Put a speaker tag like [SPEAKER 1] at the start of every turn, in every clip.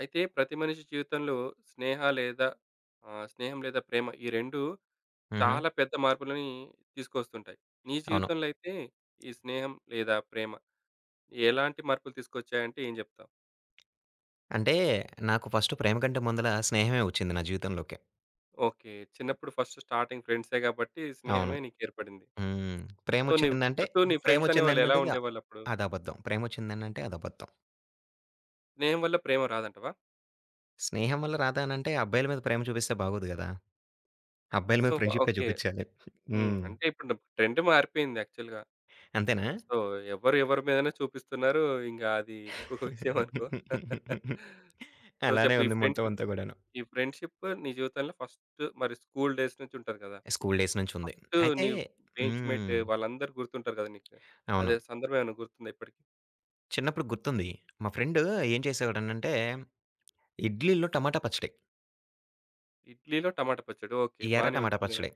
[SPEAKER 1] అయితే ప్రతి మనిషి జీవితంలో స్నేహ లేదా స్నేహం లేదా ప్రేమ ఈ 2
[SPEAKER 2] హుహు.
[SPEAKER 1] చాలా పెద్ద మార్పులని తీసుకొస్తుంటాయి. నీ
[SPEAKER 2] అవును.
[SPEAKER 1] జీవితంలో అయితే ఈ స్నేహం లేదా ప్రేమ ఎలాంటి మార్పులు తీసుకొచ్చాయంటే ఏం జెప్తావు?
[SPEAKER 2] అంటే నాకు ఫస్ట్ ప్రేమ కంటే ముందల స్నేహమే ఒచ్చింది నా జీవితంలోకి.
[SPEAKER 1] ఓకే, చిన్నప్పుడు ఫస్ట్ స్టార్టింగ్ ఫ్రెండ్సే గాబట్టి
[SPEAKER 2] అవును.
[SPEAKER 1] స్నేహమే నీకేర్పడింది.
[SPEAKER 2] హ్మ్.
[SPEAKER 1] సో, నీ
[SPEAKER 2] ప్రేమొచ్చిందంటే
[SPEAKER 1] చుట్టూ నీ ఫ్రెండ్స్ అనేవాళ్ళు ఎలా
[SPEAKER 2] ప్రేమొచ్చిందనంటే
[SPEAKER 1] ఉండేవాళ్ళప్పుడు?
[SPEAKER 2] అదబద్ధం. ప్రేమొచ్చిందనంటే అదబద్ధం.
[SPEAKER 1] స్నేహం వల్ల ప్రేమ రాదంటవా?
[SPEAKER 2] స్నేహం వల్ల రాదానంటే అబ్బాయిల మీద ప్రేమ చూపిస్తే బాగోదు గదా! అబ్బాయిల మీద
[SPEAKER 1] సో,
[SPEAKER 2] ఫ్రెండ్‌షిప్పే
[SPEAKER 1] ఓకే.
[SPEAKER 2] చూపిచ్చాలి.
[SPEAKER 1] హ్మ్.
[SPEAKER 2] హ్మ్.
[SPEAKER 1] అంటే ఇప్పుడు ట్రెండ్ మారిపోయింది యాక్చువల్‌గా.
[SPEAKER 2] అంతేనా?
[SPEAKER 1] సో, ఎవరు ఎవరి మీదనే చూపిస్తున్నారు. ఇంగా అది ఇంకొక విషయం అనుకో. సో,
[SPEAKER 2] అలానే
[SPEAKER 1] చెప్పు ఈ
[SPEAKER 2] ఉంది మొత్తం
[SPEAKER 1] ఫ్రెండ్‌షిప్,
[SPEAKER 2] అంతా గూడాను.
[SPEAKER 1] ఈ ఫ్రెండ్‌షిప్ నీ జీవితంలో ఫస్ట్ మరి స్కూల్ డేస్ నుంచి ఉంటారు కదా!
[SPEAKER 2] School days నుంచుంది.
[SPEAKER 1] ఫస్ట్
[SPEAKER 2] అయితే
[SPEAKER 1] నీ బెంచ్ మేట్
[SPEAKER 2] హ్మ్.
[SPEAKER 1] వాళ్ళందరూ గుర్తుంటారు కదా నీకు.
[SPEAKER 2] అవును.
[SPEAKER 1] అదే సందర్భం ఏమైనా గుర్తుందా ఇప్పటికి?
[SPEAKER 2] చిన్నప్పుడు గుర్తుంది. మా ఫ్రెండు ఏం చేసేవాడనంటే, ఇడ్లీలో టమాటా పచ్చడి.
[SPEAKER 1] ఇడ్లీలో టమాటా పచ్చడి ఓకే.
[SPEAKER 2] ఎర్ర
[SPEAKER 1] బానే
[SPEAKER 2] టమాటా
[SPEAKER 1] ఉంటుంది కదా!
[SPEAKER 2] పచ్చడి.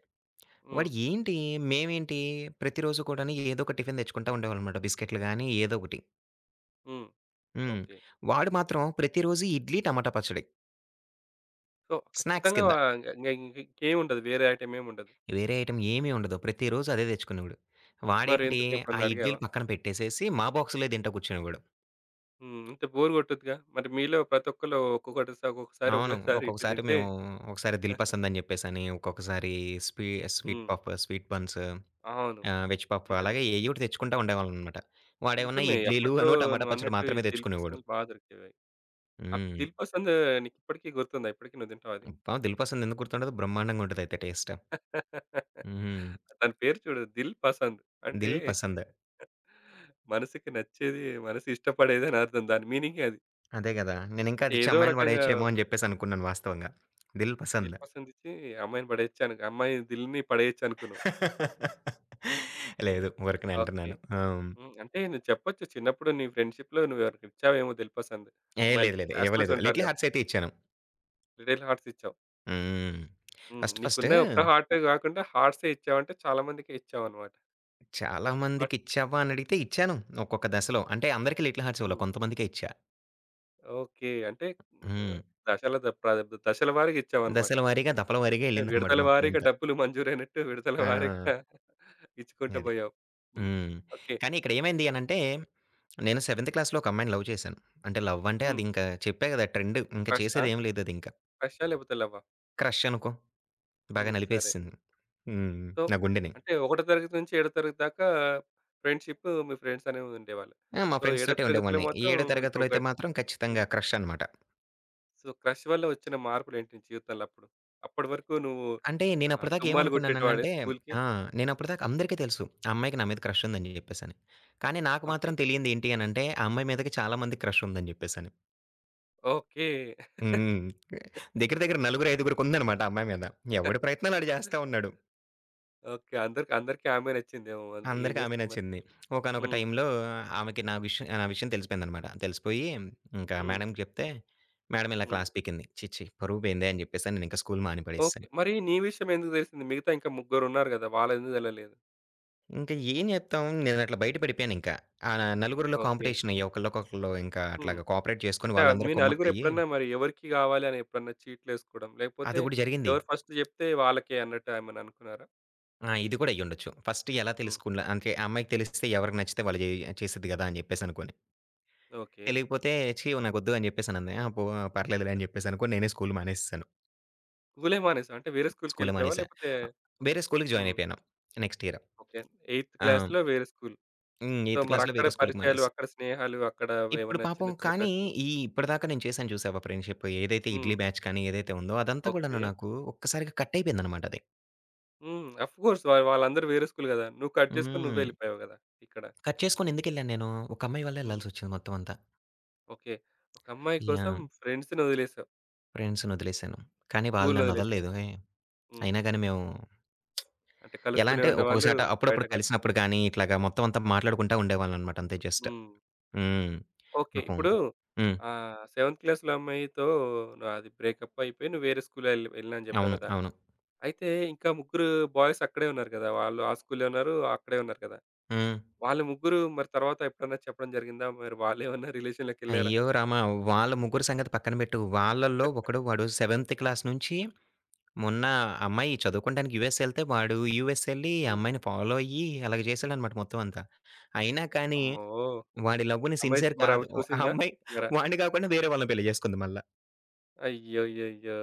[SPEAKER 1] హ్మ్.
[SPEAKER 2] వాడు ఏంటి, మేమేంటి ప్రతిరోజు కూడాను ఏదో ఒక టిఫిన్ తెచ్చుకుంటా ఉండేవాళ్ళమాట. బిస్కెట్‌లు గాని ఏదో ఒకటి.
[SPEAKER 1] హ్మ్.
[SPEAKER 2] హ్మ్.
[SPEAKER 1] ఓకే.
[SPEAKER 2] వాడు మాత్రం ప్రతిరోజు ఇడ్లీ, టమాటా పచ్చడి.
[SPEAKER 1] సో,
[SPEAKER 2] స్నాక్స్
[SPEAKER 1] ఖచ్చితంగా
[SPEAKER 2] కింద.
[SPEAKER 1] ఇంగ ఇంగ ఇంకేముండదు. వేరే ఐటెమ్ ఏముండదు.
[SPEAKER 2] వేరే ఐటెమ్ ఏమీ ఉండదు. ప్రతిరోజు అదే తెచ్చుకునేవాడు.
[SPEAKER 1] మరి
[SPEAKER 2] వాడేంటి
[SPEAKER 1] ఎందుకు
[SPEAKER 2] ఆ
[SPEAKER 1] ఎప్పుడన్నా అడిగావా?
[SPEAKER 2] ఇడ్లీలు పక్కన పెట్టేసేసి మా బాక్స్‌లే తింటా కూర్చునేవాడు.
[SPEAKER 1] హ్మ్. ఇంత బోర్ కొట్టదుగా! మరి మీలో ప్రతి ఒక్కళ్ళు ఒక్కొక్కటి ఒక్కొక్కసారి
[SPEAKER 2] అవును.
[SPEAKER 1] ఒక్కొక్కసారి ఇడ్లీ
[SPEAKER 2] ఒక్కొక్కసారి
[SPEAKER 1] తింటే
[SPEAKER 2] మేము ఒకసారి దిల్ పసంద్ అని చెప్పేసని, ఒక్కొక్కసారి స్వీ స్వీట్
[SPEAKER 1] హ్మ్.
[SPEAKER 2] పఫ్, స్వీట్ బన్స్,
[SPEAKER 1] అవును.
[SPEAKER 2] వెజ్ పఫ్
[SPEAKER 1] నిజమే.
[SPEAKER 2] అలాగే ఏయోటి తెచ్చుకుంటా ఉండేవాళ్ళమనమాట. వాడేమన్నా
[SPEAKER 1] నిజమే.
[SPEAKER 2] ఇడ్లీలు
[SPEAKER 1] అప్పట్లో
[SPEAKER 2] అను, టమాటా పచ్చడి
[SPEAKER 1] నువ్వన్నట్టు ఈ
[SPEAKER 2] మాత్రమే
[SPEAKER 1] దిల్
[SPEAKER 2] తెచ్చుకునేవాడు.
[SPEAKER 1] పసంద్‌లు బా దొరికేవి. ఆ
[SPEAKER 2] హ్మ్.
[SPEAKER 1] దిల్ పసంద్ నీకిప్పటికి గుర్తుందా? ఇప్పటికి నువ్వు తింటావా అది?
[SPEAKER 2] అబ్బా! 'దిల్ పసంద్' ఎందుకు గుర్తుండదు? బ్రహ్మాండంగా ఉంటదయితే టేస్ట్. హుహు.
[SPEAKER 1] దాని పేరు చూడు దిల్ పసంద్. అంటే
[SPEAKER 2] 'దిల్ పసంద్.'
[SPEAKER 1] మనసుకి నచ్చేది, మనసు ఇష్టపడేది అని అర్థం. దాని మీనింగే అది.
[SPEAKER 2] అదే గదా! నేనింకా
[SPEAKER 1] అంటే
[SPEAKER 2] అదిచ్చి
[SPEAKER 1] ఏదో
[SPEAKER 2] అమ్మాయిలు
[SPEAKER 1] రకంగా
[SPEAKER 2] పడేయచ్చేమో అని
[SPEAKER 1] హ్మ్.
[SPEAKER 2] జెప్పేసనుకున్నాను వాస్తవంగా. 'దిల్
[SPEAKER 1] దిల్
[SPEAKER 2] పసంద్.'
[SPEAKER 1] పసంద్ ఇచ్చి అమ్మాయిని పడేయొచ్చను అమ్మాయి దిల్‌ని పడేయొచ్చనుకున్నావు.
[SPEAKER 2] లేదు. ఊరకనే
[SPEAKER 1] ఓకే.
[SPEAKER 2] అంటున్నాను. ఆ!
[SPEAKER 1] హ్మ్. అంటే నువ్వు చెప్పొచ్చు చిన్నప్పుడు నీ ఫ్రెండ్‌షిప్‌లో నువ్వెవరికిచ్చావేమో దిల్ పసంద్.
[SPEAKER 2] ఏ లేదు
[SPEAKER 1] అమ్మాయిలకి
[SPEAKER 2] లేదు. ఇవ్వలేదు.
[SPEAKER 1] క్లాస్‌మేట్స్
[SPEAKER 2] 'లిటిల్
[SPEAKER 1] ఉంటారుగా.
[SPEAKER 2] హార్ట్స్' అయితే ఇచ్చాను.
[SPEAKER 1] లిటిల్ హార్ట్స్ ఇచ్చావు.
[SPEAKER 2] హ్మ్.
[SPEAKER 1] హ్మ్.
[SPEAKER 2] ఫస్ట్ ఫస్ట్
[SPEAKER 1] నీకున్న ఒక్క హార్టే గాకుండా హార్ట్సే ఇచ్చావంటే చాలా మందికే ఇచ్చావన్నమాట.
[SPEAKER 2] చాలా మందికి
[SPEAKER 1] హాట్
[SPEAKER 2] ఇచ్చావా అని అడిగితే ఇచ్చాను. ఒక్కొక్క దశలో. అంటే అందరికీ 'లిటిల్ హార్ట్స్' ఇవ్వలా.
[SPEAKER 1] హ్మ్.
[SPEAKER 2] కొంతమందికే ఇచ్చా.
[SPEAKER 1] ఓకే. అంటే
[SPEAKER 2] హ్మ్.
[SPEAKER 1] ఆహ్, దశల ద ప్ర దశల వారీగా ఇచ్చావన్నమాట.
[SPEAKER 2] దశల వారీగా, దఫల వారీగా
[SPEAKER 1] అంటే
[SPEAKER 2] ఎళ్ళిందనమాట
[SPEAKER 1] విడతల వారీగా
[SPEAKER 2] మొత్తమంతా.
[SPEAKER 1] డబ్బులు మంజూరైనట్టు విడతల
[SPEAKER 2] ఆ!
[SPEAKER 1] వారీగా ఇచ్చుకుంటూ
[SPEAKER 2] అది.
[SPEAKER 1] పోయావు. హ్మ్.
[SPEAKER 2] హ్మ్.
[SPEAKER 1] ఓకే.
[SPEAKER 2] కానీ ఇక్కడేమైంది అనంటే, నేను సెవెంత్ క్లాస్‌లో ఒక అమ్మాయిని లవ్ చేశాను. అంటే లవ్ అంటే
[SPEAKER 1] హ్మ్.
[SPEAKER 2] అదింకా చెప్పా గదా! ట్రెండ్. ఇంక
[SPEAKER 1] క్రషా?
[SPEAKER 2] చేసేదేం లేదదింక.
[SPEAKER 1] క్రషా లేకపోతే లవ్వా?
[SPEAKER 2] క్రష్ అనుకో. బాగా
[SPEAKER 1] హ్మ్. సరే.
[SPEAKER 2] నలిపేసేసింది. హ్మ్.
[SPEAKER 1] సో,
[SPEAKER 2] నా గుండెని.
[SPEAKER 1] అంటే ఒకటో తరగతి నుంచి ఏడో తరగతి దాకా ఫ్రెండ్‌షిప్ మీ ఫ్రెండ్స్ అనేవి ఉండేవాళ్ళు.
[SPEAKER 2] ఆ! మా
[SPEAKER 1] సో,
[SPEAKER 2] ఫ్రెండ్స్
[SPEAKER 1] ఏడో
[SPEAKER 2] తోటే
[SPEAKER 1] తరగతిలో
[SPEAKER 2] ఉండేవాడిని.
[SPEAKER 1] మాత్రం
[SPEAKER 2] ఏడో తరగతిలో అయితే
[SPEAKER 1] మీకొకటి
[SPEAKER 2] మాత్రం ఖచ్చితంగా
[SPEAKER 1] హ్మ్.
[SPEAKER 2] క్రష్ అనమాట.
[SPEAKER 1] సో, క్రష్ వల్ల వచ్చిన మార్పులేంటి నీ జీవితంలో అప్పుడు? అప్పటి వరకు నువ్వు
[SPEAKER 2] అంటే నేనప్పటిదాకా
[SPEAKER 1] డుమ్మాలు కొట్టేటివాడివి
[SPEAKER 2] ఏమనుకున్నాననంటే
[SPEAKER 1] స్కూల్‌కి.
[SPEAKER 2] ఆ!
[SPEAKER 1] హ్మ్.
[SPEAKER 2] నేనప్పటిదాకా అందరికీ తెలుసు. ఆ అమ్మాయికి నా మీద క్రష్ ఉందని జెప్పేసని. కానీ నాకు
[SPEAKER 1] ఓకే.
[SPEAKER 2] మాత్రం తెలియంది ఏంటి అనంటే, ఆ అమ్మాయి మీదకి చాలా మందికి క్రష్ ఉందని జెప్పేసని.
[SPEAKER 1] ఓకే.
[SPEAKER 2] హ్మ్. దగ్గర దగ్గర నలుగురు, ఐదుగురికి ఉందనమాట ఆ అమ్మాయి మీద. ఎవడి ప్రయత్నాలు ఆడు
[SPEAKER 1] ఓకే.
[SPEAKER 2] జేస్తా ఉన్నాడు.
[SPEAKER 1] అందరికి అందరికి ఆమె నచ్చిందేమో అంద ఏం
[SPEAKER 2] అందరికి ఆమె
[SPEAKER 1] చేస్తాం మరి?
[SPEAKER 2] నచ్చింది. ఒకానొక
[SPEAKER 1] హ్మ్.
[SPEAKER 2] టైంలో ఆమెకి నా విషయం తెలిసిపోయిందనమాట. తెలిసిపోయి ఇంకా
[SPEAKER 1] హ్మ్.
[SPEAKER 2] మేడంకి చెప్తే, మేడం ఇలా
[SPEAKER 1] హ్మ్.
[SPEAKER 2] క్లాస్ పీకింది. "ఛీ! ఛీ! పరువు పోయిందే" అని చెప్పేసని నేనింకా స్కూల్ మాని
[SPEAKER 1] ఓకే.
[SPEAKER 2] పడేసేసాను.
[SPEAKER 1] మరి నీ విషయం ఎందుకు తెలిసింది? మిగతా ఇంకా ముగ్గురున్నారు గదా! వాళ్ళెందుకు తెలవలేదు?
[SPEAKER 2] ఇంక ఏం చేత్తాం? నేనట్లా బయట పడిపోయానింకా. ఆ నలుగురిలో
[SPEAKER 1] ఓకే.
[SPEAKER 2] కాంపిటీషన్ అయ్యి ఒకళ్ళకొకళ్ళు ఇంకా
[SPEAKER 1] హ్మ్.
[SPEAKER 2] అట్లాగా కోఆపరేట్ చేసుకొని
[SPEAKER 1] అంటే ఆ
[SPEAKER 2] వాళ్ళందరూ
[SPEAKER 1] మీ
[SPEAKER 2] కుమ్మక్కయ్యి
[SPEAKER 1] నలుగురెప్పుడన్నా మరి ఎవరికి కావాలి అని ఎప్పుడన్నా చీట్లేసుకోవడం, లేకపోతే
[SPEAKER 2] అది గూడా జరిగింది.
[SPEAKER 1] ఎవరు ఫస్ట్ చెప్తే వాళ్ళకే అన్నట్టు ఏమన్నా అనుకున్నారా?
[SPEAKER 2] ఆ! ఇది కూడా అయ్యుండొచ్చు. ఫస్ట్ ఎలా
[SPEAKER 1] హ్మ్.
[SPEAKER 2] తెలుసుకున్న అంటే ఆ అమ్మాయికి తెలిస్తే ఎవరికి నచ్చితే వాళ్ళు చేసిద్ది గదా! అని చెప్పేసనుకోని.
[SPEAKER 1] ఓకే.
[SPEAKER 2] తెలియకపోతే "ఛీ! నాకొద్దు" అని చెప్పేసనంది. ఆ! పర్లేదులే అని చెప్పేసనుకోని నేనే స్కూల్ మానేసేసాను.
[SPEAKER 1] స్కూలే మానేసావా? అంటే వేరే
[SPEAKER 2] స్కూలే
[SPEAKER 1] స్కూల్‌కెళ్ళిపోయావా?
[SPEAKER 2] మానేశా.
[SPEAKER 1] లేకపోతే
[SPEAKER 2] ఆహ్, వేరే స్కూలుకి జాయిన్
[SPEAKER 1] హ్మ్.
[SPEAKER 2] అయిపోయాను నెక్స్ట్ ఇయర్.
[SPEAKER 1] ఓకే. 8థ్
[SPEAKER 2] ఆ!
[SPEAKER 1] క్లాస్‌లో వేరే స్కూల్.
[SPEAKER 2] హ్మ్.
[SPEAKER 1] సో,
[SPEAKER 2] ఎయిత్ క్లాస్‌లో
[SPEAKER 1] మరక్కడ
[SPEAKER 2] వేరే స్కూలుకి
[SPEAKER 1] పరిచయాలు,
[SPEAKER 2] మానేశా.
[SPEAKER 1] అక్కడ స్నేహాలు, అక్కడ
[SPEAKER 2] ఇప్పుడు
[SPEAKER 1] ఏమన్నా చిన్న
[SPEAKER 2] పాపం
[SPEAKER 1] చిన్న
[SPEAKER 2] కానీ
[SPEAKER 1] క్రష్‌లు
[SPEAKER 2] ఇప్పటిదాకా నేను చేశాను చూసావా ఫ్రెండ్‌షిప్ ఏదైతే
[SPEAKER 1] హ్మ్.
[SPEAKER 2] ఇడ్లీ బ్యాచ్ కానీ ఏదైతే ఉందో అదంతా
[SPEAKER 1] ఓకే.
[SPEAKER 2] కూడాను నాకు ఒక్కసారిగా కట్ అయిపోయిందనమాట అది.
[SPEAKER 1] హ్మ్. అఫ్‌కోర్స్ వాళ్ళందరూ వేరే స్కూల్ గదా! నువ్వు కట్ చేసుకొని నువ్వే
[SPEAKER 2] హ్మ్.
[SPEAKER 1] ఎళ్ళిపోయావు గదా! ఇక్కడ.
[SPEAKER 2] కట్ చేసుకొని ఎందుకెళ్ళాను నేను? ఒక అమ్మాయి వల్ల
[SPEAKER 1] హ్మ్.
[SPEAKER 2] ఎళ్ళాల్సొచ్చింది మొత్తం అంతా.
[SPEAKER 1] ఓకే. ఒక అమ్మాయి కోసం
[SPEAKER 2] యాహ్!
[SPEAKER 1] ఫ్రెండ్స్‌ని వదిలేసావు.
[SPEAKER 2] ఫ్రెండ్స్‌ని వదిలేసాను. కానీ వాళ్ళు నన్ను
[SPEAKER 1] స్కూల్‌నొదిలేసావు.
[SPEAKER 2] వదలలేదు హే!
[SPEAKER 1] హ్మ్.
[SPEAKER 2] అయినా గాని మేము
[SPEAKER 1] అంటే
[SPEAKER 2] ఎలా
[SPEAKER 1] కలుస్తూనే
[SPEAKER 2] అంటే
[SPEAKER 1] ఉండేవాళ్ళు
[SPEAKER 2] ఒక్కొక్కసాట
[SPEAKER 1] బయట
[SPEAKER 2] అప్పుడప్పుడు
[SPEAKER 1] కలుస్
[SPEAKER 2] కలిసినప్పుడు కానీ ఇట్లాగా మొత్తం అంతా మాట్లాడుకుంటా ఉండేవాళ్ళనమాట అంతే జస్ట్.
[SPEAKER 1] హ్మ్.
[SPEAKER 2] హ్మ్.
[SPEAKER 1] ఓకే.
[SPEAKER 2] పాపం
[SPEAKER 1] ఇప్పుడు
[SPEAKER 2] హ్మ్.
[SPEAKER 1] 7థ్ క్లాస్‌లో అమ్మాయితో నాది బ్రేకప్ అయిపోయి నువ్వు వేరే స్కూల్‌లో వెళ్ళినా అని జెప్పావు
[SPEAKER 2] అవును.
[SPEAKER 1] గదా!
[SPEAKER 2] అవును.
[SPEAKER 1] అయితే ఇంకా ముగ్గురు బాయ్స్ అక్కడే ఉన్నారు గదా! వాళ్ళు ఆ స్కూల్‌లో ఉన్నారు, అక్కడే ఉన్నారు కదా!
[SPEAKER 2] హ్మ్.
[SPEAKER 1] వాళ్ళు ముగ్గురు మరి తర్వాత ఎప్పుడన్నా చెప్పడం జరిగిందా? మరి వాళ్ళేమన్నా రిలేషన్‌లోకెళ్లారా?
[SPEAKER 2] అయ్యో రామా! వాళ్ళ ముగ్గురు సంగతి పక్కన పెట్టు. వాళ్ళల్లో ఒకడు వాడు సెవెంత్ క్లాస్ నుంచి మొన్న అమ్మాయి చదువుకోడానికి యూఎస్ ఎళ్తే, వాడు యూఎస్ ఎళ్లి ఆ
[SPEAKER 1] హ్మ్.
[SPEAKER 2] అమ్మాయిని ఫాలో అయ్యి అలాగ చేశాడనమాట మొత్తం అంతా. అయినా కానీ
[SPEAKER 1] అమ్మో!
[SPEAKER 2] వాడి లవ్‌ని
[SPEAKER 1] అమ్మాయి
[SPEAKER 2] సిన్సియర్
[SPEAKER 1] మరి
[SPEAKER 2] కాదు.
[SPEAKER 1] ఆమె
[SPEAKER 2] ఓ ఆ
[SPEAKER 1] చూసిందా?
[SPEAKER 2] అమ్మాయి
[SPEAKER 1] మరా?
[SPEAKER 2] వాడిని కాకుండా వేరే వాళ్ళని పెళ్లి చేసుకుంది మళ్ళా.
[SPEAKER 1] అయ్యయ్యయ్యో!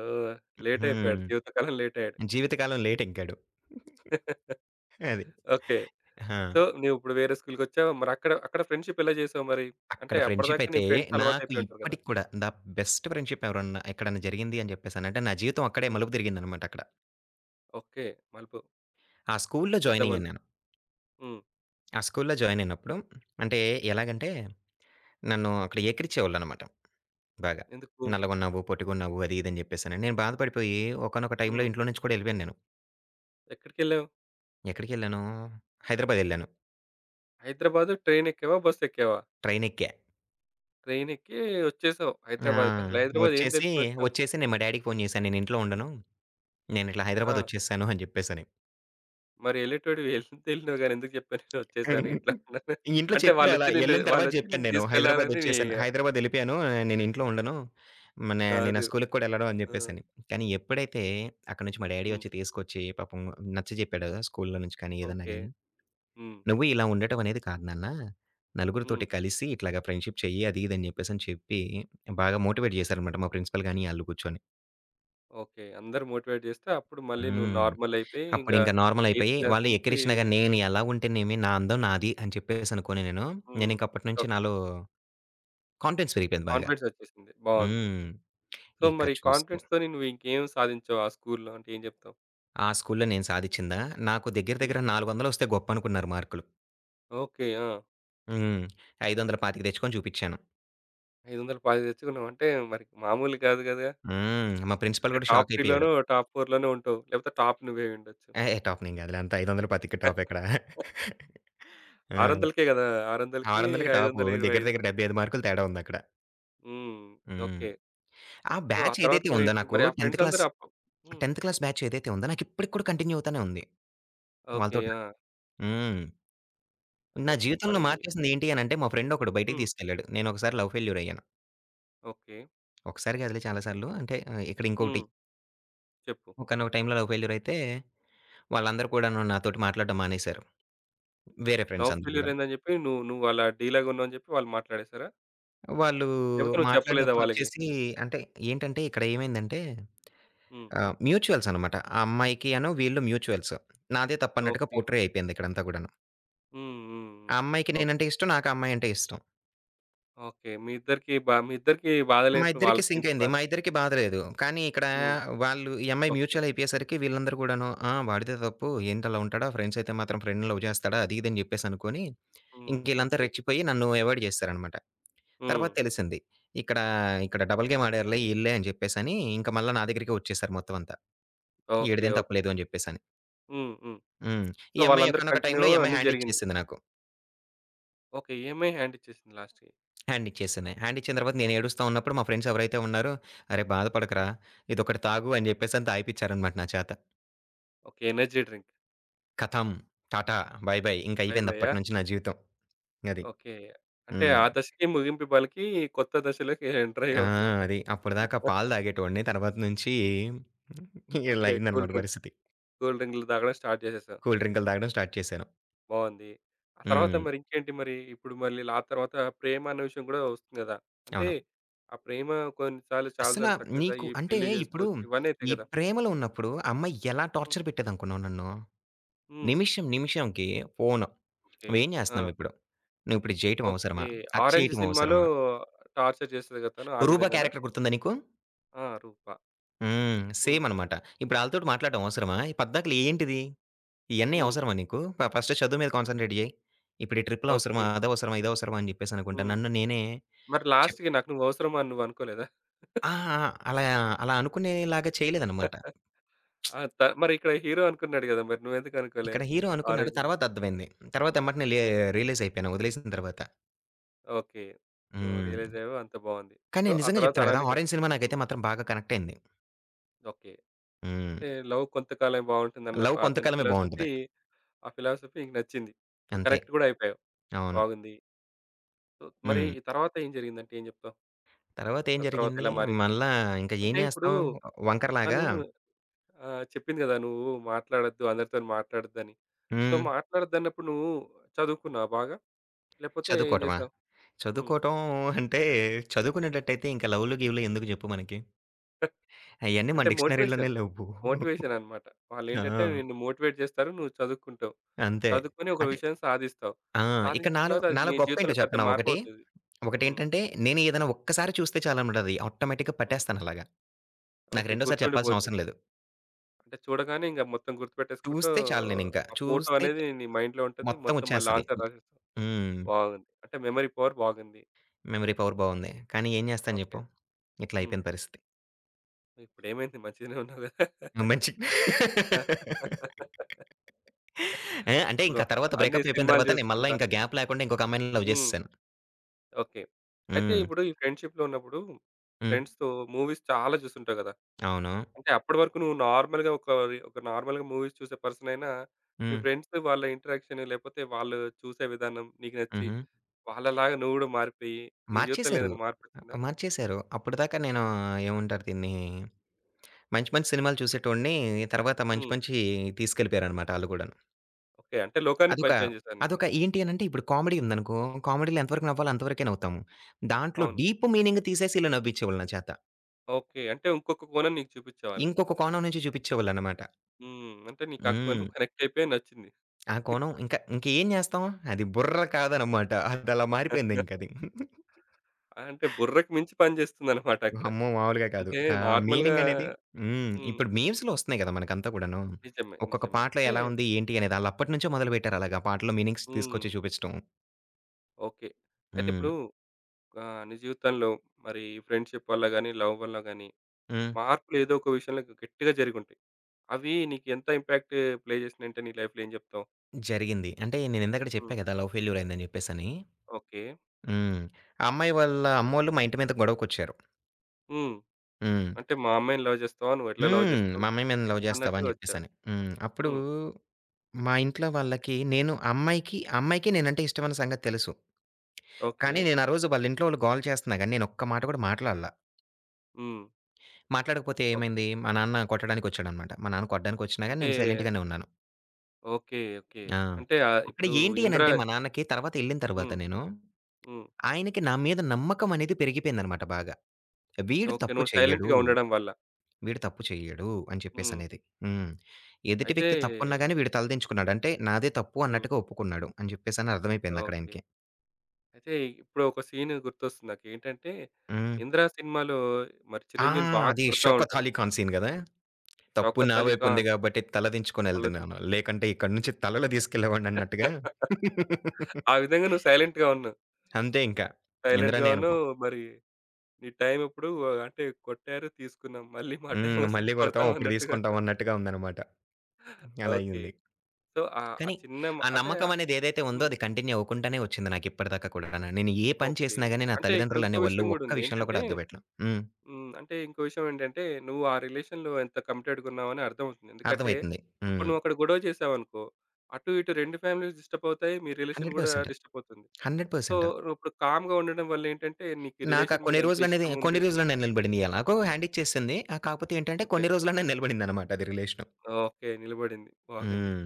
[SPEAKER 1] లేట్ అయిపోయాడు.
[SPEAKER 2] హ్మ్.
[SPEAKER 1] జీవితకాలం లేట్ అయ్యాడు.
[SPEAKER 2] జీవితకాలం లేట్ ఇంకాడు. అది.
[SPEAKER 1] ఓకే.
[SPEAKER 2] ఆ!
[SPEAKER 1] సో, నువ్విప్పుడు వేరే స్కూల్‌కొచ్చావు. మరి అక్కడ అక్కడ ఫ్రెండ్‌షిప్ ఎలా చేసావు మరి? అంటే
[SPEAKER 2] అక్కడ ఫ్రెండ్‌షిప్
[SPEAKER 1] అప్పటిదాకా నీ
[SPEAKER 2] అయితే
[SPEAKER 1] ఫ్రెండ్స్
[SPEAKER 2] నాకు
[SPEAKER 1] అలవాటయిపోయి ఉంటారు కదా!
[SPEAKER 2] ఇప్పటికి కూడా బెస్ట్ ఫ్రెండ్‌షిప్ ఎవరన్నా ఎక్కడన్నా జరిగింది అని చెప్పేసనంటే, నా జీవితం అక్కడే
[SPEAKER 1] హ్మ్.
[SPEAKER 2] మలుపు తిరిగిందనమాట అక్కడ.
[SPEAKER 1] ఓకే. మలుపు.
[SPEAKER 2] ఆ స్కూల్‌లో
[SPEAKER 1] పెద్ద
[SPEAKER 2] జాయిన్ అయ్యాను.
[SPEAKER 1] మలుపు. హ్మ్.
[SPEAKER 2] ఆ స్కూల్‌లో జాయిన్ అయినప్పుడు అంటే ఎలాగంటే, నన్ను అక్కడ ఎక్కిరిచ్చేవాళ్ళనమాట బాగా.
[SPEAKER 1] ఎందుకు?
[SPEAKER 2] నల్లగున్నావు, పొట్టిగున్నావు అది ఇది అని చెప్పేసని. నేను బాధపడిపోయి ఒకానొక టైమ్‌లో
[SPEAKER 1] హ్మ్.
[SPEAKER 2] ఇంట్లో నుంచి కూడా ఎళ్ళిపోయాను నేను.
[SPEAKER 1] ఎక్కడికెళ్ళావు?
[SPEAKER 2] ఎక్కడికెళ్ళాను, హైదరాబాద్ ఎళ్ళాను.
[SPEAKER 1] హైదరాబాదు ట్రైనెక్కావా? బస్సెక్కావా?
[SPEAKER 2] ట్రైన్ ఎక్కా.
[SPEAKER 1] ట్రైనెక్కి వచ్చేసావు
[SPEAKER 2] ఆ!
[SPEAKER 1] హైదరాబాద్‌కి. అసలు హైదరాబాద్ ఏం
[SPEAKER 2] వచ్చేసి,
[SPEAKER 1] తెలుసుకొనొచ్చావు?
[SPEAKER 2] వచ్చేసి నేను మా డ్యాడీకి ఫోను చేశాను. నేను ఇంట్లో ఉండను. నేను ఇట్లా
[SPEAKER 1] ఆ!
[SPEAKER 2] హైదరాబాద్ వచ్చేసాను అని చెప్పేసని.
[SPEAKER 1] మరి ఎళ్ళేటోడివి ఎళ్ళినావు గాని ఎందుకు చెప్పావు నేను వచ్చేసాను
[SPEAKER 2] హ్మ్.
[SPEAKER 1] ఇంట్లో ఉన్నాను.
[SPEAKER 2] ఇంట్లో
[SPEAKER 1] అంటే
[SPEAKER 2] చెప్పిరా అలా.
[SPEAKER 1] వాళ్ళొచ్చి నిన్ను
[SPEAKER 2] ఎళ్ళిన తర్వాత
[SPEAKER 1] వాళ్ళొచ్చి
[SPEAKER 2] జెప్పాను
[SPEAKER 1] నిన్ను
[SPEAKER 2] నేను. హైదరాబాద్
[SPEAKER 1] తీసుకెళ్లాలని నీ
[SPEAKER 2] ఒచ్చేసాను. హైదరాబాద్ ఎళ్ళిపోయాను. ఆహ్, నేను ఇంట్లో ఉండను. మ నే నేను ఆ
[SPEAKER 1] కాదు.
[SPEAKER 2] స్కూలుకి కూడా ఎళ్ళను అని
[SPEAKER 1] ఆ!
[SPEAKER 2] జెప్పేసని. కానీ ఎప్పుడైతే అక్కడి నుంచి మా డ్యాడీ
[SPEAKER 1] హ్మ్.
[SPEAKER 2] ఒచ్చి తీసుకొచ్చి పాపం నచ్చజెప్పాడు స్కూలులో నుంచి కానీ, ఏదన్నా
[SPEAKER 1] ఓకే.
[SPEAKER 2] గాని.
[SPEAKER 1] హ్మ్.
[SPEAKER 2] "నువ్వు ఇలా ఉండటం అనేది కాదు నాన్న.
[SPEAKER 1] హ్మ్.
[SPEAKER 2] నలుగురితోటి కలిసి ఇట్లాగా ఫ్రెండ్‌షిప్ చెయ్యి" అది ఇది అని జెప్పేసని చెప్పి బాగా మోటివేట్ జేశారనమాట మా ప్రిన్సిపల్ గాని ఆళ్ళు కూర్చొని.
[SPEAKER 1] ఓకే. అందరూ మోటివేట్ చేస్తే అప్పుడు మళ్ళీ నువ్వు
[SPEAKER 2] హ్మ్.
[SPEAKER 1] నార్మల్ అయిపోయి ఇంగ
[SPEAKER 2] అప్పుడింకా నార్మల్
[SPEAKER 1] ఎయిత్
[SPEAKER 2] అయిపోయి
[SPEAKER 1] క్లాస్
[SPEAKER 2] వాళ్ళు
[SPEAKER 1] నుంచి
[SPEAKER 2] ఎక్కిరిచినా గాని నేను ఎలా ఉంటేనేమి, నా అందం నాది అని చెప్పేసనుకోని నేను,
[SPEAKER 1] హ్మ్.
[SPEAKER 2] నేనింక అప్పటి నుంచి
[SPEAKER 1] ఓకే.
[SPEAKER 2] కాన్ఫిడెన్స్ పెరిగిపోయింది బాగా.
[SPEAKER 1] కాన్ఫిడెన్స్ వచ్చేసింది. బావుంది.
[SPEAKER 2] హ్మ్.
[SPEAKER 1] సో,
[SPEAKER 2] ఇక
[SPEAKER 1] మరి
[SPEAKER 2] చూసుకో.
[SPEAKER 1] కాన్ఫిడెన్స్‌తోని నువ్వు ఇంకేం సాధించావు ఆ స్కూల్‌లో అంటే ఏం చెప్తావు?
[SPEAKER 2] ఆ స్కూల్‌లో నేను సాధిచ్చిందా, నాకు దగ్గర
[SPEAKER 1] హ్మ్.
[SPEAKER 2] దగ్గర 400 గొప్పనుకున్నారు మార్కులు.
[SPEAKER 1] ఓకే. ఆ!
[SPEAKER 2] హ్మ్. 525 తెచ్చుకొని చూపిచ్చాను.
[SPEAKER 1] 500 పాస్ తెచ్చుకున్నావంటే మరి మామూలు కాదు కదా!
[SPEAKER 2] హ్మ్. మా ప్రిన్సిపల్
[SPEAKER 1] అంటే
[SPEAKER 2] గూడా
[SPEAKER 1] టాప్
[SPEAKER 2] షాక్
[SPEAKER 1] 3
[SPEAKER 2] అయిపోయాడు.
[SPEAKER 1] లోనో, టాప్ 4 లోనో ఉంటావు. లేకపోతే టాప్ నువ్వే అయ్యుండొచ్చు.
[SPEAKER 2] "ఏహే! టాప్ నేను గాదులే అంత 525కి టాప్ ఎక్కడ?"
[SPEAKER 1] 600కే
[SPEAKER 2] ఆ!
[SPEAKER 1] కదా! 600కి
[SPEAKER 2] 600కి టాపు దగ్గర
[SPEAKER 1] 525
[SPEAKER 2] దగ్గర 75 మార్కులు తేడా ఉందక్కడ.
[SPEAKER 1] హ్మ్.
[SPEAKER 2] హ్మ్.
[SPEAKER 1] ఓకే.
[SPEAKER 2] ఆ
[SPEAKER 1] సో, ఆ
[SPEAKER 2] బ్యాచ్
[SPEAKER 1] తర్వాత
[SPEAKER 2] ఏదైతే ఉందో
[SPEAKER 1] మరేంటి?
[SPEAKER 2] నాకు
[SPEAKER 1] మరి ఆ
[SPEAKER 2] 10థ్
[SPEAKER 1] ఫ్రెండ్స్
[SPEAKER 2] క్లాస్,
[SPEAKER 1] అందరూ హ్మ్.
[SPEAKER 2] 10థ్ క్లాస్
[SPEAKER 1] చెప్పు.
[SPEAKER 2] బ్యాచ్ ఏదైతే ఉందో నాకిప్పటికి కూడా కంటిన్యూ అవుతానే ఉంది
[SPEAKER 1] ఓకే.
[SPEAKER 2] వాళ్ళతోటి.
[SPEAKER 1] ఆ!
[SPEAKER 2] హ్మ్. నా
[SPEAKER 1] అంటే
[SPEAKER 2] జీవితంలో
[SPEAKER 1] మరి
[SPEAKER 2] మార్చేసింది ఏంటి అనంటే, మా ఫ్రెండ్ ఒకడు బయటికి
[SPEAKER 1] హ్మ్.
[SPEAKER 2] తీసుకెళ్ళాడు. నేను ఒకసారి లవ్ ఫెయిల్యూర్ అయ్యాను.
[SPEAKER 1] ఓకే.
[SPEAKER 2] ఒకసారి కాదులే చాలా సార్లు. అంటే ఇక్కడ ఇంకోటి
[SPEAKER 1] హ్మ్. చెప్పు.
[SPEAKER 2] ఒకానొక టైమ్‌లో లవ్ ఫెయిల్యూర్ అయితే, వాళ్ళందరూ కూడాను నాతోటి మాట్లాడడం మానేశారు. వేరే ఫ్రెండ్స్
[SPEAKER 1] లవ్
[SPEAKER 2] అందరూ
[SPEAKER 1] ఫెయిల్యూర్
[SPEAKER 2] గూడాను.
[SPEAKER 1] అయిందని చెప్పి నువ్వు నువ్వు అలా డీలాగా ఉన్నావని చెప్పి వాళ్ళు మాట్లాడేసారా?
[SPEAKER 2] వాళ్ళు
[SPEAKER 1] లేకపోతే నువ్వు చెప్పలేదా వాళ్ళకి?
[SPEAKER 2] మాట్లాడినప్పుడొచ్చేసి అంటే ఏంటంటే, ఇక్కడ ఏమైందంటే
[SPEAKER 1] హ్మ్.
[SPEAKER 2] మ్యూచువల్స్ అనమాట. ఆ అమ్మాయికి అను వీళ్ళు మ్యూచువల్స్. నాదే తప్పన్నట్టుగా
[SPEAKER 1] ఓకే.
[SPEAKER 2] పోర్ట్రే అయిపోయింది ఇక్కడంతా గూడాను.
[SPEAKER 1] హ్మ్. హ్మ్. హ్మ్.
[SPEAKER 2] ఆ అమ్మాయికి నేనంటే
[SPEAKER 1] ఓకే.
[SPEAKER 2] ఇష్టం. నాకు ఆ అమ్మాయి అంటే ఇష్టం.
[SPEAKER 1] ఓకే. మీ ఇద్దరికీ బాధ
[SPEAKER 2] మా
[SPEAKER 1] లేనప్పుడు
[SPEAKER 2] ఇద్దరికీ సింక్
[SPEAKER 1] వాళ్ళకేంటి
[SPEAKER 2] అయింది.
[SPEAKER 1] బాధ?
[SPEAKER 2] మా ఇద్దరికీ బాధ లేదు. కానీ ఇక్కడ
[SPEAKER 1] హ్మ్.
[SPEAKER 2] వాళ్ళు ఈ అమ్మాయి
[SPEAKER 1] ఓకే.
[SPEAKER 2] మ్యూచువల్ అయిపోయేసరికి వీళ్ళందరూ కూడాను, "ఆ! వాడిదే తప్పు. ఏంటి అలా ఉంటాడా? ఫ్రెండ్స్ అయితే మాత్రం ఫ్రెండ్‌ని లవ్ చేస్తాడా?" అది ఇది అని చెప్పేసి అనుకోని,
[SPEAKER 1] హ్మ్.
[SPEAKER 2] ఇంక ఈళ్ళంతా
[SPEAKER 1] ఓకే.
[SPEAKER 2] రెచ్చిపోయి నన్ను అవాయిడ్ చేసారనమాట.
[SPEAKER 1] హ్మ్.
[SPEAKER 2] తర్వాత తెలిసింది. ఇక్కడ, ఇక్కడ డబుల్ గేమ్ ఆడారులే ఈళ్ళే అని చెప్పేసని, ఇంక మళ్ళా నా దగ్గరికే వచ్చేసారు మొత్తం అంతా.
[SPEAKER 1] ఓకే.
[SPEAKER 2] "ఈడిదేం
[SPEAKER 1] ఓకే.
[SPEAKER 2] తప్పులేదు" అని చెప్పేసని.
[SPEAKER 1] హ్మ్. హ్మ్.
[SPEAKER 2] హ్మ్.
[SPEAKER 1] సో,
[SPEAKER 2] ఈ అమ్మాయి
[SPEAKER 1] వాళ్ళందరూ
[SPEAKER 2] ఒకానొక
[SPEAKER 1] కంటిన్యూ
[SPEAKER 2] టైమ్‌లో ఈ
[SPEAKER 1] అవ్వడం
[SPEAKER 2] అమ్మాయి
[SPEAKER 1] అన్నీ
[SPEAKER 2] హ్యాండ్
[SPEAKER 1] జరిగింది.
[SPEAKER 2] ఇచ్చేసింది నాకు.
[SPEAKER 1] ఓకే. ఏమి హ్యాండ్ ఇచ్చేసింది లాస్ట్‌కి.
[SPEAKER 2] హ్యాండ్ ఇచ్చేసింది. హ్యాండ్ ఇచ్చిన తర్వాత
[SPEAKER 1] హ్మ్.
[SPEAKER 2] నేను ఏడుస్తా ఉన్నప్పుడు మా ఫ్రెండ్స్ ఎవరైతే ఉన్నారో, "అరే!
[SPEAKER 1] హ్మ్.
[SPEAKER 2] బాధపడకురా! ఇదొకటి తాగు" అని చెప్పేసని తాగిపిచ్చారనమాట నా చేత.
[SPEAKER 1] ఓకే. Energy drink.
[SPEAKER 2] ఖతం. టాటా. Bye bye. ఇంక
[SPEAKER 1] బై బయ్యా?
[SPEAKER 2] అయిపోయిందప్పటి నుంచి నా జీవితం. అది.
[SPEAKER 1] ఓకే. అంటే
[SPEAKER 2] హ్మ్.
[SPEAKER 1] ఆ దశకి ముగింపు పలికి కొత్త దశలోకి ఎంటర్
[SPEAKER 2] ఆ!
[SPEAKER 1] అయ్యావన్నమాట.
[SPEAKER 2] అది. అప్పటిదాకా పాలు తాగేటోడిని. తర్వాత నుంచి
[SPEAKER 1] హ్మ్.
[SPEAKER 2] ఇలా
[SPEAKER 1] ఓకే. కూల్
[SPEAKER 2] అయిందనమాట
[SPEAKER 1] డ్రింక్.
[SPEAKER 2] పరిస్థితి.
[SPEAKER 1] కూల్ డ్రింక్‌లు తాగడం స్టార్ట్ చేసేసావు.
[SPEAKER 2] కూల్ డ్రింకులు తాగడం స్టార్ట్ చేశాను.
[SPEAKER 1] బావుంది. ఆ తర్వాత
[SPEAKER 2] హ్మ్.
[SPEAKER 1] మరి ఇంకేంటి మరి? ఇప్పుడు మళ్ళీ ఆ తర్వాత ప్రేమ అన్న విషయం కూడా వస్తుంది కదా! అంటే
[SPEAKER 2] అవును.
[SPEAKER 1] ఆ ప్రేమ కొన్నిసార్లు చాలా
[SPEAKER 2] అస్సల
[SPEAKER 1] సార్లు సక్సెస్
[SPEAKER 2] నీకు
[SPEAKER 1] అయ్యి
[SPEAKER 2] అంటే
[SPEAKER 1] పెళ్లి
[SPEAKER 2] ఇప్పుడు
[SPEAKER 1] చేసుకోవచ్చు. ఇవన్నీ అయితాయి
[SPEAKER 2] ఈ
[SPEAKER 1] కదా!
[SPEAKER 2] ప్రేమలో ఉన్నప్పుడు అమ్మ ఎలా
[SPEAKER 1] హ్మ్.
[SPEAKER 2] టార్చర్ పెట్టేదనుకున్నావు నన్ను?
[SPEAKER 1] హ్మ్.
[SPEAKER 2] నిమిషం నిమిషంకి ఫోను.
[SPEAKER 1] ఓకే.
[SPEAKER 2] నువ్వేం
[SPEAKER 1] ఆ!
[SPEAKER 2] చేస్తున్నావిప్పుడు? నువ్విప్పుడు ఇది జేయటం
[SPEAKER 1] ఓకే.
[SPEAKER 2] అవసరమా? అది
[SPEAKER 1] 'ఆరెంజ్'
[SPEAKER 2] చేయటం
[SPEAKER 1] సినిమాలో
[SPEAKER 2] అవసరమా?
[SPEAKER 1] టార్చర్ చేస్తది కదా! తను ఆ
[SPEAKER 2] రూబా
[SPEAKER 1] విధంగానా?
[SPEAKER 2] క్యారెక్టర్ గుర్తుందా నీకు?
[SPEAKER 1] ఆ! రూప.
[SPEAKER 2] హ్మ్.
[SPEAKER 1] హ్మ్.
[SPEAKER 2] సేమ్ అనమాట. ఇప్పుడు ఆళ్ళతోటి మాట్లాడడం అవసరమా? పద్దాకల ఏంటిది? ఇయన్నీ
[SPEAKER 1] హ్మ్.
[SPEAKER 2] అవసరమా నీకు? ఫస్ట్ చదువు మీద కాన్సంట్రేట్ జెయి. ఇప్పుడు ఈ ట్రిప్‌లు అవసరమా?
[SPEAKER 1] ఓకే.
[SPEAKER 2] అదవసరమా? ఇదవసరమా? అని జెప్పేసి అనుకుంటా
[SPEAKER 1] హ్మ్.
[SPEAKER 2] నన్ను నేనే
[SPEAKER 1] మరి
[SPEAKER 2] చెప్
[SPEAKER 1] లాస్ట్‌కి నాకు నువ్వు అవసరమా అని నువ్వనుకోలేదా?
[SPEAKER 2] ఆ! ఆ! అలా అలా అనుకునేలాగా చేయలేదనమాట.
[SPEAKER 1] ఆ! మరి ఇక్కడ హీరో అనుకున్నాడు కదా! మరి నువ్వెందుకు అనుకోలే
[SPEAKER 2] ఇక్కడ హీరో అనుకున్నాడు.
[SPEAKER 1] 'ఆరెంజ్‌లో'?
[SPEAKER 2] తర్వాత అర్థమైంది. తర్వాత ఎమ్మటనే లే
[SPEAKER 1] హ్మ్.
[SPEAKER 2] రియలైజ్ అయిపోయాను వదిలేసిన తర్వాత.
[SPEAKER 1] ఓకే. నువ్వు రియలైజ్
[SPEAKER 2] హ్మ్.
[SPEAKER 1] అయ్యావు అంత బావుంది.
[SPEAKER 2] కానీ
[SPEAKER 1] సో,
[SPEAKER 2] నేను
[SPEAKER 1] ఆ
[SPEAKER 2] నిజంగా
[SPEAKER 1] తర్వాత
[SPEAKER 2] జెప్తున్నా గదా!
[SPEAKER 1] అలానే
[SPEAKER 2] 'ఆరెంజ్' సినిమా నాకైతే
[SPEAKER 1] హ్మ్.
[SPEAKER 2] మాత్రం బాగా కనెక్ట్ అయింది.
[SPEAKER 1] ఓకే.
[SPEAKER 2] హ్మ్.
[SPEAKER 1] అంటే లవ్ కొంతకాలం బావుంటుందన్న
[SPEAKER 2] లవ్
[SPEAKER 1] అతని
[SPEAKER 2] కొంతకాలమే బావుంటది.
[SPEAKER 1] ఫిలాసఫీ ఆ ఫిలాసఫీ నీకు నచ్చింది. నువ్వు
[SPEAKER 2] అంతే.
[SPEAKER 1] కనెక్ట్ కూడా అయిపోయావు.
[SPEAKER 2] అవును.
[SPEAKER 1] బాగుంది. సో, మరి
[SPEAKER 2] హ్మ్.
[SPEAKER 1] ఈ తర్వాత ఏం జరిగిందంటే ఏం చెప్తావు?
[SPEAKER 2] తర్వాతేం
[SPEAKER 1] ఆ తర్వాత
[SPEAKER 2] జరిగింది?
[SPEAKER 1] ఎలా మారింది?
[SPEAKER 2] మళ్ళా ఇంక ఏం
[SPEAKER 1] అంటే ఇప్పుడు
[SPEAKER 2] జేస్తాం
[SPEAKER 1] తను
[SPEAKER 2] వంకరలాగా
[SPEAKER 1] చెప్పింది గదా! నువ్వు మాట్లాడొద్దు, అందరితోని మాట్లాడొద్దని. సో,
[SPEAKER 2] హ్మ్.
[SPEAKER 1] మాట్లాడొద్దన్నప్పుడు నువ్వు చదువుకున్నావా బాగా? లేపోతే ఏం
[SPEAKER 2] చదువుకోవటమా?
[SPEAKER 1] జేసావు? హ్మ్.
[SPEAKER 2] చదువుకోవటం అంటే చదువుకునేటట్టయితే ఇంక లవ్‌లు, గివ్‌లు ఎందుకు జెప్పు మనకి? అయన్నీ మన
[SPEAKER 1] అంటే
[SPEAKER 2] డిక్షనరీలోనే
[SPEAKER 1] మోటివేషన్.
[SPEAKER 2] లెవ్వు.
[SPEAKER 1] మోటివేషన్ అన్నమాట. వాళ్ళేంటంటే
[SPEAKER 2] ఆ!
[SPEAKER 1] నిన్ను మోటివేట్ జేస్తారు. నువ్వు చదువుకుంటావు.
[SPEAKER 2] అంతే.
[SPEAKER 1] చదువుకొని ఒక
[SPEAKER 2] అంటే
[SPEAKER 1] విషయం సాధిస్తావు.
[SPEAKER 2] ఆ! ఇక
[SPEAKER 1] సాధించిన తర్వాత అది
[SPEAKER 2] నాలో
[SPEAKER 1] నీ
[SPEAKER 2] గొప్పేంటో
[SPEAKER 1] జీవితంలో పెద్ద
[SPEAKER 2] చెప్పనా ఒకటి?
[SPEAKER 1] మార్పవుతది. హ్మ్.
[SPEAKER 2] ఒకటేంటంటే నేను ఏదైనా ఒక్కసారి చూస్తే చాలనమాట అది. ఆటోమేటిక్‌గా
[SPEAKER 1] హ్మ్.
[SPEAKER 2] పట్టేస్తాను అలాగా. నాకు
[SPEAKER 1] ఓకే.
[SPEAKER 2] రెండోసారి చెప్పాల్సిన
[SPEAKER 1] గుర్తుండిపోద్ది.
[SPEAKER 2] అవసరం లేదు.
[SPEAKER 1] అంటే చూడగానే ఇంగ మొత్తం గుర్తుపెట్టేసుకుంటూ
[SPEAKER 2] చూస్తే చాలు నేనింకా.
[SPEAKER 1] ఆ ఫోటో
[SPEAKER 2] చూస్తే చ
[SPEAKER 1] అనేది నీ మైండ్‌లో ఉంటది.
[SPEAKER 2] మొత్తం
[SPEAKER 1] మొత్తం మళ్ళీ
[SPEAKER 2] ఒచ్చేస్తది.
[SPEAKER 1] ఆన్సర్ రాసేస్తావు.
[SPEAKER 2] హ్మ్.
[SPEAKER 1] బాగుంది. అంటే మెమరీ పవర్ బాగుంది.
[SPEAKER 2] మెమరీ పవర్ బావుంది. కానీ ఏం జేస్తాను
[SPEAKER 1] ఓకే.
[SPEAKER 2] జెప్పు? ఇట్లా
[SPEAKER 1] హ్మ్.
[SPEAKER 2] అయిపోయింది పరిస్థితి.
[SPEAKER 1] ఇప్పుడేమైంది మంచిగానే ఉన్నావు గదా!
[SPEAKER 2] ఆ! మంచి
[SPEAKER 1] ఆ!
[SPEAKER 2] ఆ! అంటే
[SPEAKER 1] ఇప్పుడు
[SPEAKER 2] ఇంక తర్వాత
[SPEAKER 1] అన్ని
[SPEAKER 2] బ్రేకప్ అయిపోయిన
[SPEAKER 1] సినిమాలు
[SPEAKER 2] తర్వాత నేను మళ్ళా
[SPEAKER 1] జూసుకుంటా.
[SPEAKER 2] ఇంక గ్యాప్ లేకుండా ఇంకొక అమ్మాయిని లవ్
[SPEAKER 1] హ్మ్.
[SPEAKER 2] చేసేసాను.
[SPEAKER 1] ఓకే. అయితే
[SPEAKER 2] హ్మ్.
[SPEAKER 1] ఇప్పుడు ఈ ఫ్రెండ్‌షిప్‌లో ఉన్నప్పుడు
[SPEAKER 2] హ్మ్.
[SPEAKER 1] ఫ్రెండ్స్‌తో మూవీస్ చాలా జూసుంటావు గదా!
[SPEAKER 2] అవును.
[SPEAKER 1] అంటే అప్పటి వరకు నువ్వు నార్మల్‌గా ఒక ఒక నార్మల్‌గా మూవీస్ చూసే పర్సన్ అయినా మీ
[SPEAKER 2] హ్మ్.
[SPEAKER 1] ఫ్రెండ్స్ వాళ్ళ ఇంటరాక్షన్ లేకపోతే వాళ్ళు చూసే విధానం నీకు నచ్చి
[SPEAKER 2] హుహు.
[SPEAKER 1] వాళ్ళలాగా నువ్వు గూడా మారిపోయి నీ జీవితంలో
[SPEAKER 2] మార్చేశారు.
[SPEAKER 1] ఏదైనా మార్పొచ్చిందా?
[SPEAKER 2] మార్చేశారు. అప్పటిదాకా నేను
[SPEAKER 1] హ్మ్.
[SPEAKER 2] ఏమంటారు దీన్ని, మంచి మంచి సినిమాలు చూసేటోడిని. తర్వాత మంచి
[SPEAKER 1] హ్మ్.
[SPEAKER 2] మంచి తీసుకెళ్ళిపోయారనమాట ఆళ్ళు గూడాను.
[SPEAKER 1] ఓకే. అంటే లోకాన్ని
[SPEAKER 2] అదొక
[SPEAKER 1] పరిచయం జేశారు నీకు.
[SPEAKER 2] అదొక ఏంటి అనంటే ఇప్పుడు కామెడీ ఉందనుకో,
[SPEAKER 1] హ్మ్.
[SPEAKER 2] కామెడీలో ఎంతవరకు నవ్వాలో
[SPEAKER 1] ఓకే.
[SPEAKER 2] అంతవరకే నవ్వుతాము. దాంట్లో
[SPEAKER 1] అవును.
[SPEAKER 2] డీప్ మీనింగ్ తీసేసి ఈళ్ళు నవ్వించేవాళ్ళు నా చేత.
[SPEAKER 1] ఓకే. అంటే ఇంకొక కోణం నీకు చూపిచ్చేవాళ్ళు.
[SPEAKER 2] ఇంకొక కోణం నుంచి చూపించేవాళ్ళనమాట.
[SPEAKER 1] హ్మ్. అంటే నీకా కోణం
[SPEAKER 2] హ్మ్.
[SPEAKER 1] కనెక్ట్ అయిపోయి నచ్చింది.
[SPEAKER 2] ఆ కోణం ఇంకా ఇంకేం జేస్తాం? అది బుర్ర కాదనమాట. అదలా మారిపోయిందింకది.
[SPEAKER 1] అంటే బుర్రకు మించి పని చేస్తుందన్నమాట అక్కడ.
[SPEAKER 2] అమ్మో! మామూలుగా కాదు.
[SPEAKER 1] అంటే
[SPEAKER 2] ఆహ్,
[SPEAKER 1] నార్మల్‌గా
[SPEAKER 2] మీనింగనేది హ్మ్.
[SPEAKER 1] హ్మ్.
[SPEAKER 2] ఇప్పుడు మీమ్స్‌లో ఒస్తున్నాయి గదా! మనకంతా కూడాను.
[SPEAKER 1] నిజమే.
[SPEAKER 2] ఒక్కొక్క
[SPEAKER 1] నిజమే.
[SPEAKER 2] పాటలో
[SPEAKER 1] అంటే
[SPEAKER 2] ఎలా ఉంది? ఏంటి? అనేది ఆళ్ళప్పటినుంచే మొదలుపెట్టారు అలాగా పాటల్లో మీనింగ్స్
[SPEAKER 1] హ్మ్.
[SPEAKER 2] తీసుకొచ్చి చూపిచ్చటం.
[SPEAKER 1] ఓకే. అయితే
[SPEAKER 2] హ్మ్.
[SPEAKER 1] ఇప్పుడు నీ జీవితంలో మరి ఫ్రెండ్‌షిప్ వల్ల గాని, లవ్ వల్ల గాని
[SPEAKER 2] హ్మ్.
[SPEAKER 1] మార్పులు ఏదో ఒక విషయంలో గట్టిగా జరిగుంటాయి. అవి నీకు ఎంత ఇంపాక్ట్ ప్లే చేసినాయంటే నీ లైఫ్‌లో ఏం చెప్తావు?
[SPEAKER 2] జరిగింది. అంటే నేనిందాకడ చెప్పా
[SPEAKER 1] హ్మ్.
[SPEAKER 2] గదా! లవ్ ఫెయిల్యూర్ అయిందని జెప్పేసని.
[SPEAKER 1] ఓకే.
[SPEAKER 2] హ్మ్. ఆ అమ్మాయి వాళ్ళ అమ్మోళ్ళు మా ఇంటి మీద గొడవకొచ్చారు.
[SPEAKER 1] హ్మ్.
[SPEAKER 2] హ్మ్.
[SPEAKER 1] అంటే మా అమ్మాయిని లవ్ చేస్తావా? నువ్వెట్లా లవ్
[SPEAKER 2] హ్మ్.
[SPEAKER 1] చేస్తావు?
[SPEAKER 2] మా అమ్మాయి మీద లవ్ జేస్తావా? అని
[SPEAKER 1] అన్నట్టుగా వచ్చారు.
[SPEAKER 2] జెప్పేసని. హ్మ్. అప్పుడు
[SPEAKER 1] హ్మ్.
[SPEAKER 2] మా ఇంట్లో వాళ్ళకి నేను అమ్మాయికి అమ్మాయికి నేనంటే ఇష్టమన్న సంగతి తెలుసు.
[SPEAKER 1] ఓకే.
[SPEAKER 2] కానీ నేను ఆ రోజు వాళ్ళ ఇంట్లో వాళ్ళు గోల చేస్తున్నా గాని నేను ఒక్క మాట కూడా మాట్లాడలా.
[SPEAKER 1] హ్మ్.
[SPEAKER 2] మాట్లాడకపోతే
[SPEAKER 1] ఓకే.
[SPEAKER 2] ఏమైంది మా నాన్న కొట్టడానికొచ్చాడనమాట. మా నాన్న కొట్టడానికొచ్చినా గాని
[SPEAKER 1] అంటే
[SPEAKER 2] నేను సైలెంట్ గానే ఉన్నాను.
[SPEAKER 1] ఓకే. ఓకే.
[SPEAKER 2] ఆ!
[SPEAKER 1] అంటే
[SPEAKER 2] అక్కడ
[SPEAKER 1] ఇప్పుడు
[SPEAKER 2] ఏంటి
[SPEAKER 1] 'ఇంద్ర'
[SPEAKER 2] అనంటే మా నాన్నకి తర్వాత ఎళ్ళిన తర్వాత
[SPEAKER 1] హ్మ్.
[SPEAKER 2] నేను
[SPEAKER 1] హ్మ్.
[SPEAKER 2] ఆయనకి నా మీద నమ్మకం అనేది పెరిగిపోయిందనమాట బాగా. వీడు
[SPEAKER 1] ఓకే.
[SPEAKER 2] తప్పు
[SPEAKER 1] నువ్వు
[SPEAKER 2] చెయ్యడు.
[SPEAKER 1] సైలెంట్‌గా ఉండడం వల్ల.
[SPEAKER 2] వీడు తప్పు చెయ్యడు అని
[SPEAKER 1] హ్మ్.
[SPEAKER 2] చెప్పేసనేది. హ్మ్. ఎదుటి
[SPEAKER 1] అయితే
[SPEAKER 2] వ్యక్తి తప్పున్నా గాని వీడు తలదించుకున్నాడు. అంటే నాదే తప్పు
[SPEAKER 1] హ్మ్.
[SPEAKER 2] అన్నట్టుగా ఒప్పుకున్నాడు అని చెప్పేసని అర్థమైపోయిందక్కడ
[SPEAKER 1] ఓకే.
[SPEAKER 2] ఆయనకి.
[SPEAKER 1] అయితే ఇప్పుడు ఒక సీన్ గుర్తొస్తుంది నాకేంటంటే
[SPEAKER 2] హ్మ్.
[SPEAKER 1] 'ఇంద్ర' సినిమాలో మరి
[SPEAKER 2] ఆ!
[SPEAKER 1] చిరంజీవిని బాగా
[SPEAKER 2] అది
[SPEAKER 1] కొడతా
[SPEAKER 2] 'షౌకత్
[SPEAKER 1] ఉంటారు.
[SPEAKER 2] అలీ ఖాన్' సీన్ గదా!
[SPEAKER 1] 'చౌక
[SPEAKER 2] తప్పు నా వైపు ఉంది
[SPEAKER 1] అలీఖాన్'
[SPEAKER 2] గాబట్టి తలదించుకొని
[SPEAKER 1] అల్లది
[SPEAKER 2] ఎళ్తున్నాను. లేకంటే ఇక్కడి నుంచి తలలో తీసుకెళ్ళేవాడిని అన్నట్టుగా
[SPEAKER 1] ఆ విధంగా నువ్వు సైలెంట్‌గా ఉన్నావు.
[SPEAKER 2] అంతే ఇంకా.
[SPEAKER 1] సైలెంట్‌గా
[SPEAKER 2] ఇందిరానే అనుకో.
[SPEAKER 1] ఉన్నావు. మరి నీ టైమ్ ఇప్పుడు అంటే కొట్టారు తీసుకున్నాం. మళ్ళీ మా టైమ్
[SPEAKER 2] హ్మ్.
[SPEAKER 1] వస్తుంది
[SPEAKER 2] మళ్ళీ కొడతాం
[SPEAKER 1] కొడతాం
[SPEAKER 2] అప్పుడు
[SPEAKER 1] అన్నట్టుగా.
[SPEAKER 2] తీసుకుంటాం అన్నట్టుగా ఉందన్నమాట. అలా
[SPEAKER 1] ఓకే.
[SPEAKER 2] అయింది.
[SPEAKER 1] సో, ఆ ఆ
[SPEAKER 2] కానీ
[SPEAKER 1] చిన్న మ
[SPEAKER 2] ఆ
[SPEAKER 1] అంటే
[SPEAKER 2] నమ్మకం అనేది ఏదైతే ఉందో
[SPEAKER 1] హ్మ్.
[SPEAKER 2] అది కంటిన్యూ అవ్వకుండానే వచ్చింది నాకు ఇప్పటిదాకా కూడాను. నేను ఏ పని
[SPEAKER 1] ఓకే.
[SPEAKER 2] చేసినా గాని నా
[SPEAKER 1] అంటే ఇక్కడ
[SPEAKER 2] తల్లిదండ్రులు
[SPEAKER 1] ఇంకో
[SPEAKER 2] అనేవాళ్ళు
[SPEAKER 1] విషయం గూడా
[SPEAKER 2] ఒక్క
[SPEAKER 1] ఉంది.
[SPEAKER 2] విషయంలో
[SPEAKER 1] ఏంటంటే
[SPEAKER 2] కూడా అడ్డుపెట్టల. హ్మ్.
[SPEAKER 1] హ్మ్. అంటే ఇంకో విషయం ఏంటంటే నువ్వు ఆ రిలేషన్‌లో ఎంత కమిటెడ్‌గా ఉన్నావని అర్థమవుతుంది. ఎందుకంటే
[SPEAKER 2] అర్థమైతుంది.
[SPEAKER 1] ఇప్పుడు
[SPEAKER 2] హ్మ్.
[SPEAKER 1] నువ్వు అక్కడ గొడవ చేశావనుకో, అటు ఇటు 2 ఫ్యామిలీస్ డిస్టర్బ్ అవుతాయి. మీ రిలేషన్ గూడా
[SPEAKER 2] 100%.
[SPEAKER 1] డిస్టర్బ్ అవుతుంది. సో,
[SPEAKER 2] 100%.
[SPEAKER 1] నువ్విప్పుడు కామ్‌గా ఉండడం వల్ల ఏంటంటే నీకు ఈ
[SPEAKER 2] నాకా
[SPEAKER 1] రిలేషన్ మీద ఎంత ఇష్టం
[SPEAKER 2] కొన్ని
[SPEAKER 1] ఉంది.
[SPEAKER 2] రోజులనే నిలబడింది. ఎలాగో
[SPEAKER 1] హ్మ్.
[SPEAKER 2] హ్యాండ్ ఇచ్చేసింది. ఆహ్, కాకపోతే ఏంటంటే
[SPEAKER 1] ఓకే.
[SPEAKER 2] కొన్ని రోజులనే నిలబడిందనమాట అది రిలేషను.
[SPEAKER 1] ఓకే. నిలబడింది. బాగుంది.
[SPEAKER 2] హ్మ్.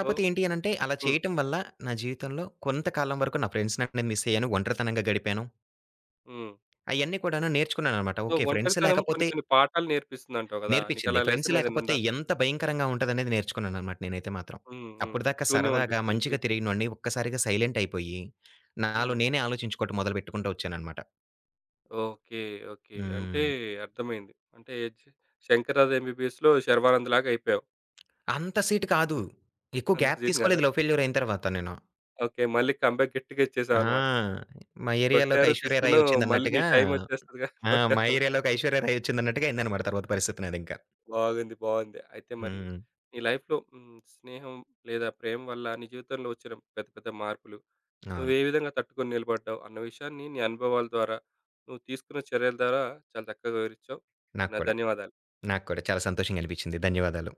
[SPEAKER 1] సో
[SPEAKER 2] ఏంటి అనంటే అలా
[SPEAKER 1] హ్మ్.
[SPEAKER 2] చేయటం వల్ల నా జీవితంలో కొంతకాలం వరకు నా ఫ్రెండ్స్‌ని నేను మిస్ అయ్యాను. ఒంటరితనంగా గడిపాను.
[SPEAKER 1] హ్మ్.
[SPEAKER 2] అయన్నీ కూడాను నేర్చుకున్నాననమాట.
[SPEAKER 1] So,
[SPEAKER 2] okay. ఫ్రెండ్స్
[SPEAKER 1] ఒంటరితనం కొన్ని
[SPEAKER 2] లేకపోతే
[SPEAKER 1] కొన్ని పాఠాలు నేర్పిస్తుందంటావు గదా!
[SPEAKER 2] నేర్పించింది.
[SPEAKER 1] నీకలా
[SPEAKER 2] ఫ్రెండ్స్
[SPEAKER 1] లెసన్ ఏదైనా
[SPEAKER 2] లేకపోతే
[SPEAKER 1] ఉందా?
[SPEAKER 2] ఎంత భయంకరంగా ఉంటదనేది నేర్చుకున్నాననమాట నేనైతే మాత్రం.
[SPEAKER 1] హ్మ్. హ్మ్.
[SPEAKER 2] అప్పటిదాకా
[SPEAKER 1] శూన్యం
[SPEAKER 2] సరదాగా
[SPEAKER 1] అనిపించిందా
[SPEAKER 2] మంచిగా
[SPEAKER 1] జీవితం?
[SPEAKER 2] తిరిగినోడిని ఒక్కసారిగా సైలెంట్ అయిపోయి,
[SPEAKER 1] హ్మ్.
[SPEAKER 2] నేనే ఆలోచించుకోవటం మొదలుపెట్టుకుంటూ వచ్చాననమాట.
[SPEAKER 1] ఓకే. ఓకే. అంటే
[SPEAKER 2] హ్మ్.
[SPEAKER 1] అర్థమైంది. అంటే చ్ 'శంకర్‌దాదా ఎంబీబీఎస్‌లో' శర్వానంద్ లాగా అయిపోయావు.
[SPEAKER 2] అంత సీటు కాదు.
[SPEAKER 1] హ్మ్.
[SPEAKER 2] ఎక్కువ
[SPEAKER 1] అంత
[SPEAKER 2] గ్యాప్
[SPEAKER 1] సీన్ కాదా?
[SPEAKER 2] తీసుకోలేదు లవ్ ఫెయిల్యూర్ అయిన తర్వాత నేను.
[SPEAKER 1] ఓకే. మళ్ళీ కమ్‌బ్యాక్ గట్టిగా ఇచ్చేసావన్నమాట.
[SPEAKER 2] ఆ! మా ఏరియాలోకి
[SPEAKER 1] కొట్టారు,
[SPEAKER 2] ఐశ్వర్య రాయ్
[SPEAKER 1] తీసుకున్నావు. మళ్ళీ నీ
[SPEAKER 2] వచ్చిందన్నట్టుగా
[SPEAKER 1] టైమ్ వచ్చేస్తదిగా
[SPEAKER 2] ఆ! మా
[SPEAKER 1] కొట్టావు.
[SPEAKER 2] ఏరియాలోకి ఐశ్వర్య రాయ్ వచ్చిందన్నట్టుగా అయిందన్నమాట తర్వాత పరిస్థితి నాదింకా.
[SPEAKER 1] బాగుంది. బాగుంది. అయితే మరి
[SPEAKER 2] హ్మ్.
[SPEAKER 1] నీ లైఫ్‌లో హ్మ్, స్నేహం లేదా ప్రేమ వల్ల నీ జీవితంలో వచ్చిన పెద్ద పెద్ద మార్పులు, నువ్వు
[SPEAKER 2] అవును.
[SPEAKER 1] ఏ విధంగా తట్టుకొని నిలబడ్డావు అన్న విషయాన్ని నీ అనుభవాల ద్వారా, నువ్వు తీసుకున్న చర్యల ద్వారా చాలా చక్కగా వివరించావు. నీకు
[SPEAKER 2] నాకు
[SPEAKER 1] నా
[SPEAKER 2] కూడా.
[SPEAKER 1] ధన్యవాదాలు.
[SPEAKER 2] నాకు కూడా. చాలా సంతోషంగా అనిపించింది. ధన్యవాదాలు.